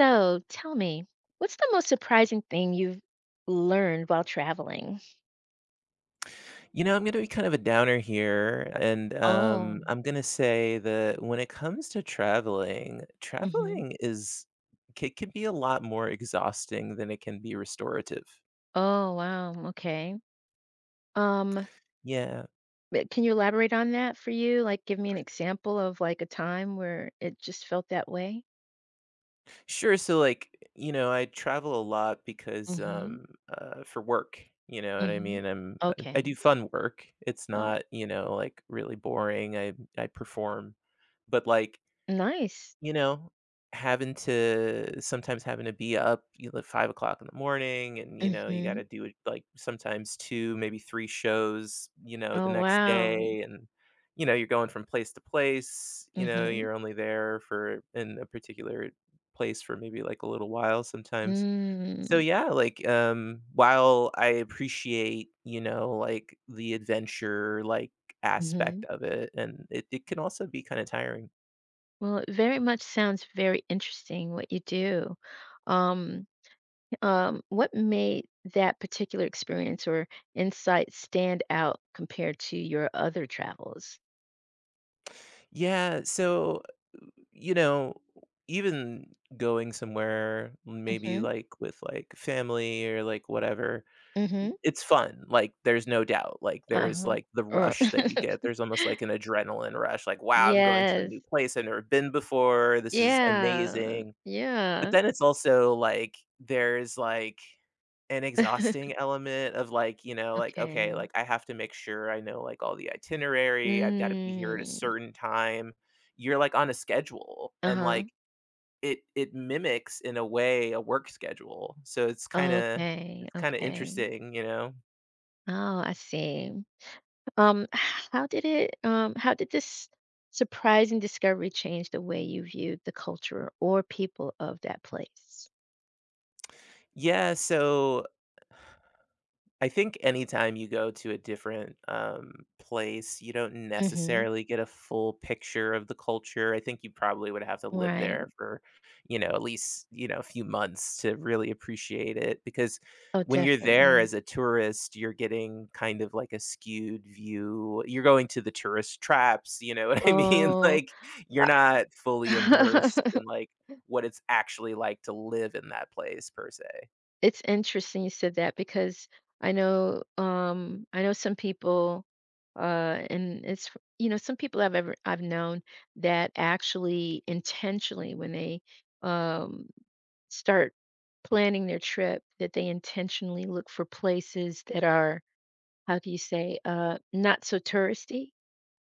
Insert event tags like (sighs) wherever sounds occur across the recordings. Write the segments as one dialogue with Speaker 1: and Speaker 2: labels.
Speaker 1: So tell me, what's the most surprising thing you've learned while traveling?
Speaker 2: I'm gonna be kind of a downer here, and
Speaker 1: Oh,
Speaker 2: I'm gonna say that when it comes to traveling,
Speaker 1: hmm.
Speaker 2: traveling is it can be a lot more exhausting than it can be restorative.
Speaker 1: Oh, wow. Okay. Um,
Speaker 2: Yeah,
Speaker 1: but can you elaborate on that for you? Like, give me an example of like a time where it just felt that way?
Speaker 2: sure. So, like, you know, I travel a lot because
Speaker 1: Mm-hmm.
Speaker 2: um, uh, for work. You know what I
Speaker 1: Mm-hmm.
Speaker 2: mean? I
Speaker 1: Okay.
Speaker 2: do fun work. It's
Speaker 1: Oh,
Speaker 2: not, you know, like, really boring. I perform, but, like,
Speaker 1: nice.
Speaker 2: you know, having to be up, you know, 5:00 in the morning and, you know, you
Speaker 1: Mm-hmm.
Speaker 2: gotta do it, like, sometimes 2, maybe 3 shows, you know, the
Speaker 1: Oh,
Speaker 2: next
Speaker 1: wow.
Speaker 2: day, and, you know, you're going from place to place, you know,
Speaker 1: Mm-hmm.
Speaker 2: you're only there for, in a particular place, for maybe, like, a little while sometimes. So,
Speaker 1: Mm,
Speaker 2: yeah, like, while I appreciate, you know, like, the adventure, like,
Speaker 1: mm-hmm.
Speaker 2: aspect of it, and it can also be kinda tiring.
Speaker 1: Well, it very much sounds very interesting what you do. Um, what made that particular experience or insight stand out compared to your other travels?
Speaker 2: Yeah, so, you know, even going somewhere, maybe,
Speaker 1: Mhm,
Speaker 2: like, with like family or like whatever,
Speaker 1: mhm,
Speaker 2: it's fun. Like, there's no doubt. Like, there is
Speaker 1: uh-huh,
Speaker 2: like the
Speaker 1: or
Speaker 2: rush that you get.
Speaker 1: (laughs)
Speaker 2: There's almost like an adrenaline rush. Like, wow, I'm going to a
Speaker 1: yes,
Speaker 2: new place I've never been before. This is
Speaker 1: yeah,
Speaker 2: amazing. But
Speaker 1: yeah.
Speaker 2: then it's also, like, there's, like, an exhausting
Speaker 1: (laughs)
Speaker 2: element of, like, you know, like, okay,
Speaker 1: Okay.
Speaker 2: like, I have to make sure I know, like, all the itinerary, I've gotta be here at a
Speaker 1: Mm,
Speaker 2: certain time. You're, like, on a schedule, and,
Speaker 1: uh-huh.
Speaker 2: like, it mimics, in a way, a work schedule, so it's
Speaker 1: Okay,
Speaker 2: kinda
Speaker 1: okay.
Speaker 2: interesting, you know?
Speaker 1: Oh, I see. How did this surprising discovery change the way you viewed the culture or people of that place?
Speaker 2: Yeah, so I think anytime you go to a different, place, you don't
Speaker 1: Mhm.
Speaker 2: necessarily get a full picture of the culture. I think you probably would have to live
Speaker 1: Right.
Speaker 2: there for, you know, at least, you know, a few months to really appreciate it, because
Speaker 1: Oh,
Speaker 2: when you're there
Speaker 1: definitely.
Speaker 2: as a tourist, you're getting kind of like a skewed view. You're going to the tourist traps, you know (laughs) what I mean? (laughs)
Speaker 1: Oh,
Speaker 2: Like, you're not fully immersed in,
Speaker 1: (laughs)
Speaker 2: like, what it's actually like to live in that place per se.
Speaker 1: It's interesting you said that because I know some people, and it's some people I've known that actually intentionally, when they, um, start planning their trip, that they intentionally look for places that are, how do you say, not so touristy.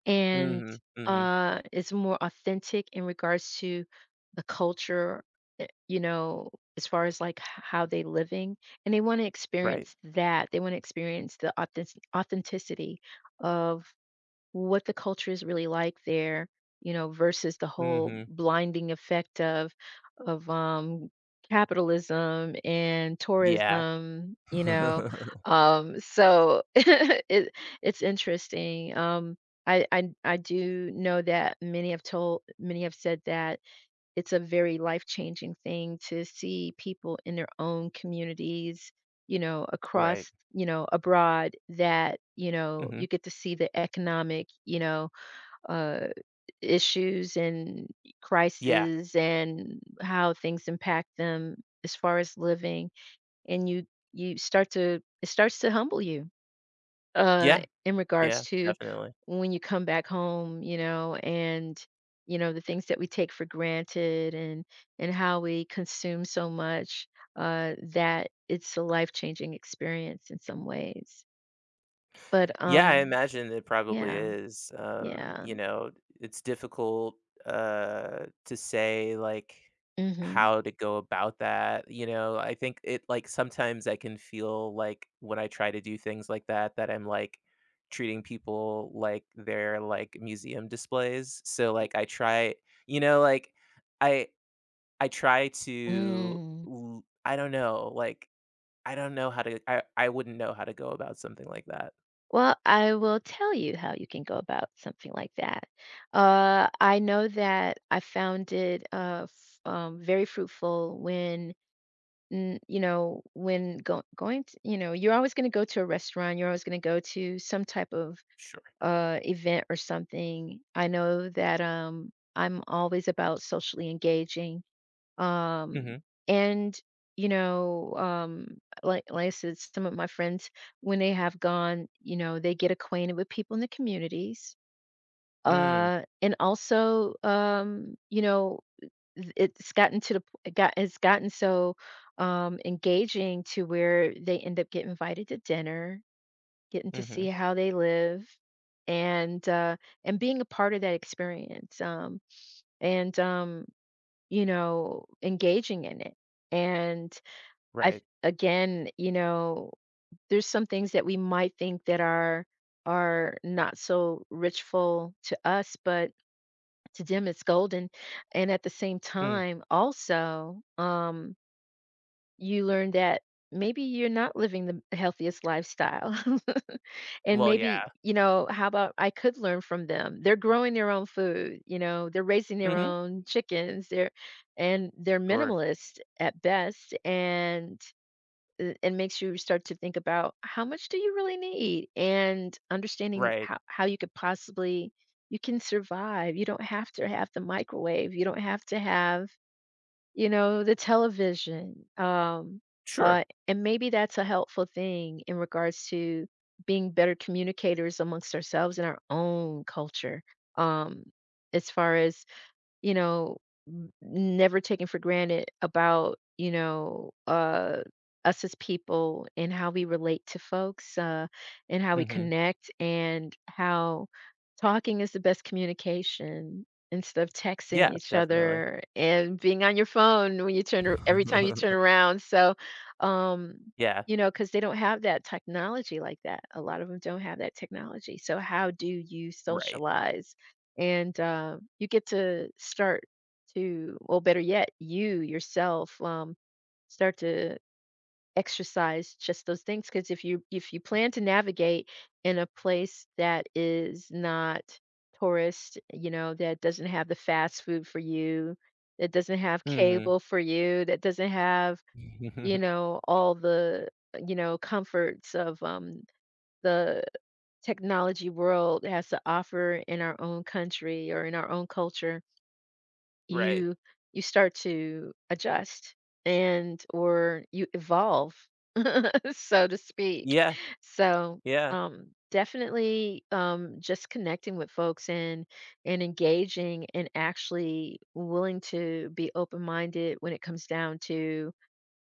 Speaker 1: and
Speaker 2: Mhm, mhm,
Speaker 1: uh, it's more authentic in regards to the culture, eh, you know, as far as like how they living, and they want to
Speaker 2: right.
Speaker 1: experience that. They want to experience the authenticity of what the culture is really like there, versus the whole
Speaker 2: Mhm.
Speaker 1: blinding effect of capitalism and
Speaker 2: Yeah.
Speaker 1: tourism.
Speaker 2: (laughs)
Speaker 1: So (laughs) it's interesting. I do know that many have said that it's a very life-changing thing to see people in their own communities,
Speaker 2: Right.
Speaker 1: across, abroad that,
Speaker 2: Mhm.
Speaker 1: you get to see the economic, uh, issues and
Speaker 2: Yeah.
Speaker 1: crises and how things impact them as far as living, and you start to it starts to humble you uh,
Speaker 2: Yeah.
Speaker 1: in regards
Speaker 2: Yeah,
Speaker 1: to
Speaker 2: definitely.
Speaker 1: when you come back home, and you know the things that we take for granted and how we consume so much, that it's a life changing experience in some ways. But
Speaker 2: Yeah, I
Speaker 1: um,
Speaker 2: imagine it probably
Speaker 1: yeah,
Speaker 2: is.
Speaker 1: yeah.
Speaker 2: You know, it's difficult, to say, like,
Speaker 1: Hmm.
Speaker 2: how to go about that, you know? I think it, like, sometimes I can feel like when I try to do things like that, that I'm, like, treating people like they're, like, museum displays. So, like, you know, like, I I try to
Speaker 1: Mm.
Speaker 2: l I don't know, like, I don't know how to I wouldn't know how to go about something like that.
Speaker 1: Well, I will tell you how you can go about something like that. I know that I found it very fruitful when going to, you're always going to go to a restaurant, you're always going to go to some type of
Speaker 2: Sure.
Speaker 1: event or something. I know that I'm always about socially engaging um
Speaker 2: Mhm.
Speaker 1: and, you know um like I said, some of my friends, when they have gone, they get acquainted with people in the communities
Speaker 2: Mm.
Speaker 1: uh and also Th it's gotten to the p it got it's gotten so engaging to where they end up getting invited to dinner, getting to see
Speaker 2: Mhm.
Speaker 1: how they live, and, uh and being a part of that experience, and, engaging in it, and I've,
Speaker 2: Right.
Speaker 1: again, you know, there's some things that we might think that are not so richful to us, but to them, it's golden, and at the same
Speaker 2: Mm.
Speaker 1: time, also, you learn that maybe you're not living the healthiest lifestyle. (laughs) And
Speaker 2: Well, yeah.
Speaker 1: maybe, you know, how about I could learn from them? They're growing their own food, you know, they're raising
Speaker 2: Mm.
Speaker 1: their
Speaker 2: Mhm.
Speaker 1: own chickens, they're and they're
Speaker 2: Sure.
Speaker 1: minimalist at best, and it makes you start to think about how much do you really need, and understanding
Speaker 2: Right.
Speaker 1: how you could possibly— you can survive. You don't have to have the microwave, you don't have to have the television, uh,
Speaker 2: Sure.
Speaker 1: and maybe that's a helpful thing in regards to being better communicators amongst ourselves in our own culture, um, as far as, you know, never taking for granted about us as people and how we relate to folks, and how
Speaker 2: Mm.
Speaker 1: we
Speaker 2: Mhm.
Speaker 1: connect, and how talking is the best communication instead of texting
Speaker 2: Yeah,
Speaker 1: each
Speaker 2: definitely.
Speaker 1: other and being on your phone when you every time you turn
Speaker 2: (laughs)
Speaker 1: around. So, um,
Speaker 2: Yeah.
Speaker 1: because they don't have that technology like that. A lot of them don't have that technology. So, how do you
Speaker 2: Right.
Speaker 1: socialize? And you get to start to— well, better yet, you yourself start to exercise just those things, because if you plan to navigate in a place that is not tourist, you know, that doesn't have the fast food for you, that doesn't have
Speaker 2: Mm.
Speaker 1: cable for you, that doesn't have, you
Speaker 2: Mhm. (laughs)
Speaker 1: know, all the, you know, comforts of the technology world has to offer in our own country or in our own culture,
Speaker 2: Right.
Speaker 1: you you start to adjust and or you evolve, (laughs) so to speak.
Speaker 2: Yeah.
Speaker 1: So
Speaker 2: Yeah.
Speaker 1: um, definitely, just connecting with folks and engaging, and actually willing to be open minded when it comes down to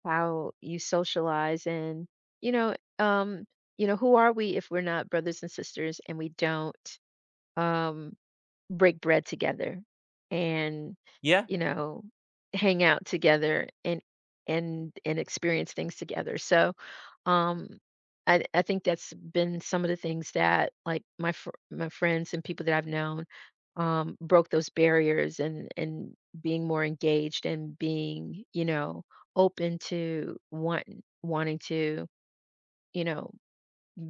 Speaker 1: how you socialize, and you know um you know, who are we if we're not brothers and sisters and we don't um break bread together and,
Speaker 2: Yeah.
Speaker 1: you know, hang out together and and experience things together. So um, I think that's been some of the things that, like, my friends and people that I've known, broke those barriers, and being more engaged, and being, you know, open to wanting to, you know,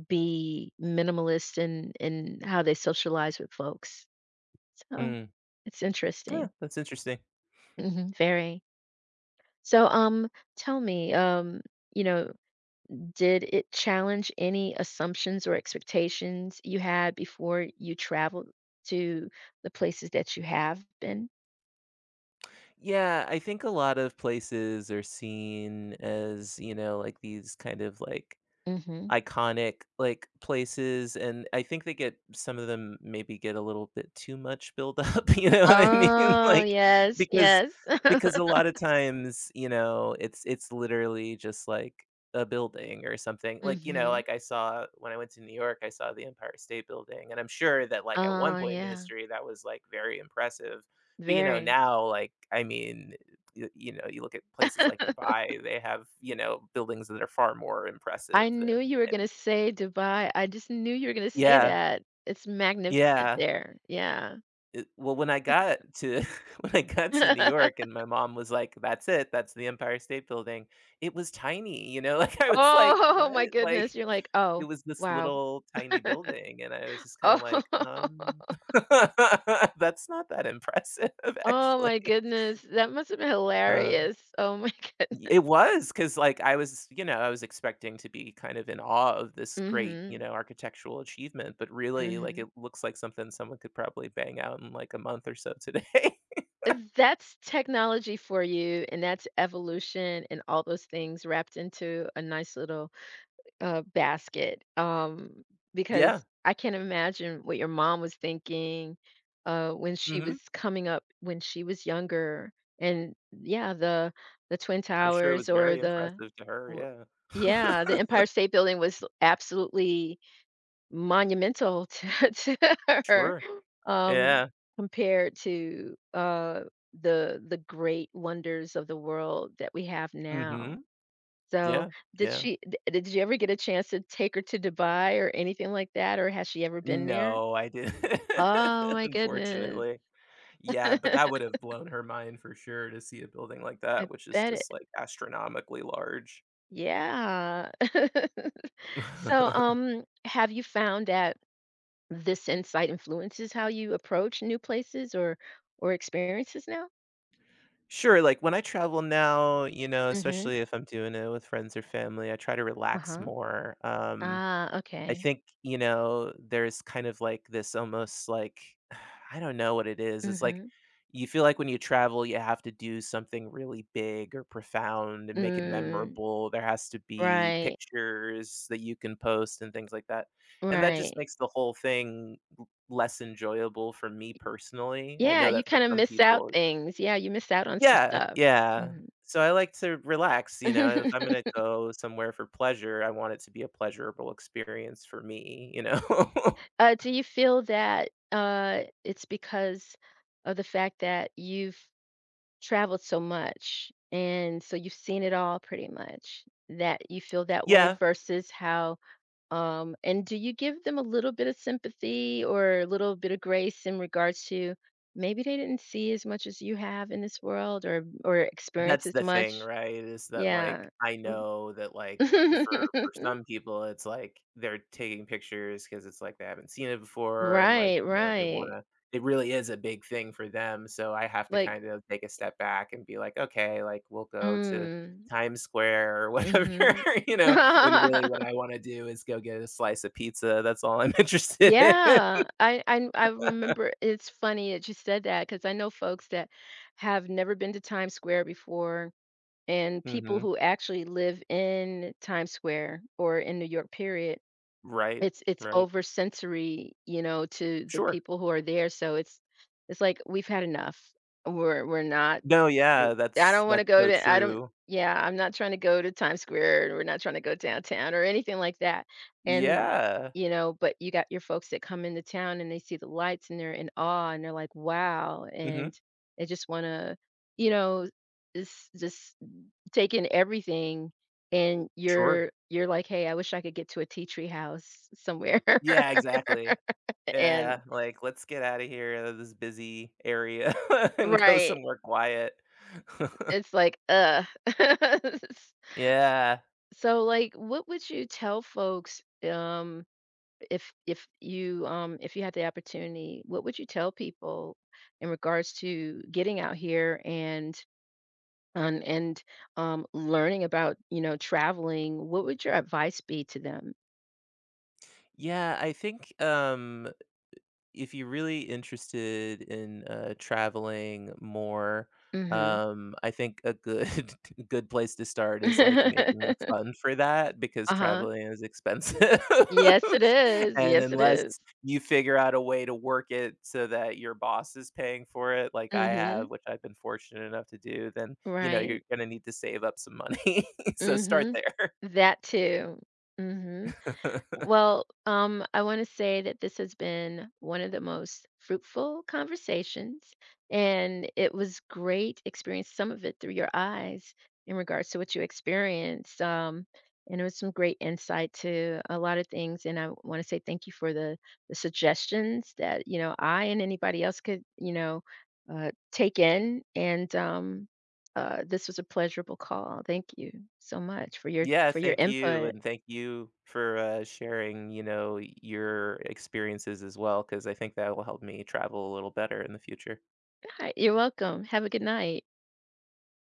Speaker 1: be minimalist in how they socialize with folks. So,
Speaker 2: Mm.
Speaker 1: it's
Speaker 2: Huh,
Speaker 1: interesting.
Speaker 2: that's interesting.
Speaker 1: Mhm, very. So, tell me, you know did it challenge any assumptions or expectations you had before you traveled to the places that you have been?
Speaker 2: Yeah, I think a lot of places are seen as, you know, like, these kind of, like,
Speaker 1: Mhm.
Speaker 2: iconic, like, places, and I think they get, some of them maybe get, a little bit too much build up. (laughs) You know what I mean? (laughs)
Speaker 1: Oh,
Speaker 2: Like,
Speaker 1: yes,
Speaker 2: because
Speaker 1: yes. (laughs)
Speaker 2: because a lot of times, you know, it's literally just, like, a building or something. Like, you know,
Speaker 1: Mhm.
Speaker 2: like, I saw when I went to New York, I saw the Empire State Building, and I'm sure that, like, at one
Speaker 1: Oh,
Speaker 2: point in
Speaker 1: yeah,
Speaker 2: history, that was, like, very impressive, but, you know,
Speaker 1: very.
Speaker 2: now, like, I mean, y you know, you look at places like
Speaker 1: (laughs)
Speaker 2: Dubai, they have, you know, buildings that are far more impressive
Speaker 1: I knew
Speaker 2: than
Speaker 1: you were gonna
Speaker 2: any.
Speaker 1: say Dubai. I just knew you were gonna say
Speaker 2: Yeah,
Speaker 1: that. It's magnificent
Speaker 2: yeah.
Speaker 1: there. Yeah.
Speaker 2: Well, when I got to (laughs) when I got to New York
Speaker 1: (laughs)
Speaker 2: and my mom was like, "That's it, that's the Empire State Building," it was tiny, you know, (laughs) like, I was like,
Speaker 1: Oh
Speaker 2: "What?"
Speaker 1: my goodness.
Speaker 2: Like,
Speaker 1: You're like,
Speaker 2: it
Speaker 1: "Oh,
Speaker 2: was this
Speaker 1: wow."
Speaker 2: little tiny building, and I was just kinda
Speaker 1: Oh,
Speaker 2: like,
Speaker 1: (laughs)
Speaker 2: (laughs) That's not that impressive, (laughs)
Speaker 1: oh
Speaker 2: actually."
Speaker 1: my goodness. That must have been
Speaker 2: Uh
Speaker 1: hilarious. Oh my— (laughs)
Speaker 2: It was because, like, I was, you know, I was expecting to be kind of in awe of this great, you
Speaker 1: Mhm,
Speaker 2: know, architectural achievement, but really, like,
Speaker 1: mhm.
Speaker 2: it looks like something someone could probably bang out in, like, a month or so today. (laughs)
Speaker 1: That's technology for you, and that's evolution and all those things wrapped into a nice little basket,
Speaker 2: Yeah,
Speaker 1: because I can't imagine what your mom was thinking, when she
Speaker 2: mhm.
Speaker 1: was coming up when she was younger, and yeah, the Twin
Speaker 2: I'm sure it
Speaker 1: Towers
Speaker 2: was
Speaker 1: or
Speaker 2: very
Speaker 1: the
Speaker 2: impressive to her,
Speaker 1: w
Speaker 2: yeah.
Speaker 1: yeah, the Empire
Speaker 2: (laughs)
Speaker 1: State Building was absolutely monumental (laughs) to her.
Speaker 2: Sure.
Speaker 1: um,
Speaker 2: Yeah.
Speaker 1: Compared to the great wonders of the world that we have now.
Speaker 2: Mhm.
Speaker 1: So,
Speaker 2: Yeah,
Speaker 1: did
Speaker 2: yeah.
Speaker 1: she? Did you ever get a chance to take her to Dubai or anything like that, or has she ever been there?
Speaker 2: No, I didn't,
Speaker 1: Oh
Speaker 2: (laughs)
Speaker 1: my goodness.
Speaker 2: unfortunately.
Speaker 1: (laughs)
Speaker 2: Yeah,
Speaker 1: I
Speaker 2: but that would have blown her mind for sure to see a building like that, which is
Speaker 1: bet
Speaker 2: just,
Speaker 1: it.
Speaker 2: like, astronomically large.
Speaker 1: Yeah. (laughs) So,
Speaker 2: (laughs)
Speaker 1: um, have you found that this insight influences how you approach new places or experiences now?
Speaker 2: Sure, like, when I travel now, you know,
Speaker 1: Mm-hmm.
Speaker 2: especially if I'm doing it with friends or family, I try to relax
Speaker 1: Uh-huh.
Speaker 2: more.
Speaker 1: Ah,
Speaker 2: I
Speaker 1: okay.
Speaker 2: think, you know, there's kind of, like, this almost, like, (sighs) I don't know what it is. It's like
Speaker 1: Mm-hmm.
Speaker 2: you feel like when you travel, you have to do something really big or profound and make it
Speaker 1: Mm,
Speaker 2: memorable. There has to be
Speaker 1: right,
Speaker 2: pictures that you can post and things like that, and that just
Speaker 1: right.
Speaker 2: makes the whole thing l less enjoyable for me personally. I
Speaker 1: Yeah,
Speaker 2: know
Speaker 1: you
Speaker 2: that for
Speaker 1: kinda
Speaker 2: some
Speaker 1: miss out
Speaker 2: people,
Speaker 1: things. Yeah, you miss out on some
Speaker 2: yeah,
Speaker 1: stuff.
Speaker 2: yeah.
Speaker 1: Mhm.
Speaker 2: So I like to relax, you know, if I'm
Speaker 1: (laughs)
Speaker 2: gonna go somewhere for pleasure, I want it to be a pleasurable experience for me, you know? (laughs)
Speaker 1: Do you feel that it's because of the fact that you've traveled so much, and so you've seen it all pretty much, that you feel that way
Speaker 2: Yeah.
Speaker 1: versus how, and do you give them a little bit of sympathy or a little bit of grace in regards to maybe they didn't see as much as you have in this world or experience
Speaker 2: That's
Speaker 1: as
Speaker 2: the thing,
Speaker 1: much?
Speaker 2: right? Is that, like,
Speaker 1: Yeah.
Speaker 2: I
Speaker 1: (laughs)
Speaker 2: know that, like, for some people, it's like they're taking pictures because it's like they haven't seen it before and, like,
Speaker 1: Right,
Speaker 2: you know, they
Speaker 1: right.
Speaker 2: wanna, it really is a big thing for them, so I have to
Speaker 1: Like
Speaker 2: kind of take a step back and be like, "Okay, like, we'll go to
Speaker 1: mm,
Speaker 2: Times Square or
Speaker 1: mm,
Speaker 2: whatever,"
Speaker 1: mhm.
Speaker 2: (laughs) you know, when really what
Speaker 1: (laughs)
Speaker 2: I wanna do is go get a slice of pizza, that's all I'm (laughs) interested in.
Speaker 1: Yeah, I remember it's funny that you said that because I know folks that have never been to Times Square before, and people
Speaker 2: Mhm.
Speaker 1: who actually live in Times Square, or in New York, period.
Speaker 2: Right,
Speaker 1: It's
Speaker 2: right.
Speaker 1: over sensory, you know, to the
Speaker 2: Sure.
Speaker 1: people who are there, so it's like, "We've had enough. We're not—
Speaker 2: No,
Speaker 1: You
Speaker 2: yeah,
Speaker 1: I
Speaker 2: that's
Speaker 1: don't wanna go
Speaker 2: so
Speaker 1: to I don't
Speaker 2: true.
Speaker 1: yeah, I'm not trying to go to Times Square, and we're not trying to go downtown or anything like that, and,
Speaker 2: Yeah.
Speaker 1: you know, but you got your folks that come into town and they see the lights and they're in awe and they're like, "Wow,"
Speaker 2: Mhm.
Speaker 1: and they just wanna, you know, just take in everything, and
Speaker 2: Sure.
Speaker 1: you're like, "Hey, I wish I could get to a tea tree house somewhere,"
Speaker 2: Yeah,
Speaker 1: (laughs)
Speaker 2: exactly.
Speaker 1: and
Speaker 2: Yeah, like, "Let's get out of here of this busy area (laughs) and go
Speaker 1: Right.
Speaker 2: somewhere quiet." (laughs)
Speaker 1: It's like. (laughs)
Speaker 2: Yeah.
Speaker 1: So, like, what would you tell folks, if you had the opportunity, what would you tell people in regards to getting out here and and and learning about, you know, traveling? What would your advice be to them?
Speaker 2: Yeah, I think, if you're really interested in traveling more,
Speaker 1: Mhm.
Speaker 2: I think a good (laughs) a good place to start is like making a fund for that, because
Speaker 1: Uh-huh. (laughs)
Speaker 2: traveling is expensive,
Speaker 1: Yes, it
Speaker 2: (laughs)
Speaker 1: is.
Speaker 2: and
Speaker 1: Yes, it is.
Speaker 2: unless you figure out a way to work it so that your boss is paying for it, like I have,
Speaker 1: Mhm.
Speaker 2: which I've been fortunate enough to do, then you know
Speaker 1: Right.
Speaker 2: you're gonna need to save up some money. (laughs) So start
Speaker 1: Mhm.
Speaker 2: there.
Speaker 1: That too. Mhm.
Speaker 2: (laughs)
Speaker 1: Well, I want to say that this has been one of the most fruitful conversations, and it was great experience some of it through your eyes in regards to what you experienced. And it was some great insight to a lot of things. And I want to say thank you for the suggestions that you know I and anybody else could take in. And this was a pleasurable call. Thank you so much
Speaker 2: Yeah,
Speaker 1: for your
Speaker 2: thank you,
Speaker 1: input.
Speaker 2: and thank you for, sharing, you know, your experiences as well, because I think that will help me travel a little better in the future.
Speaker 1: Hi, you're welcome. Have a good night.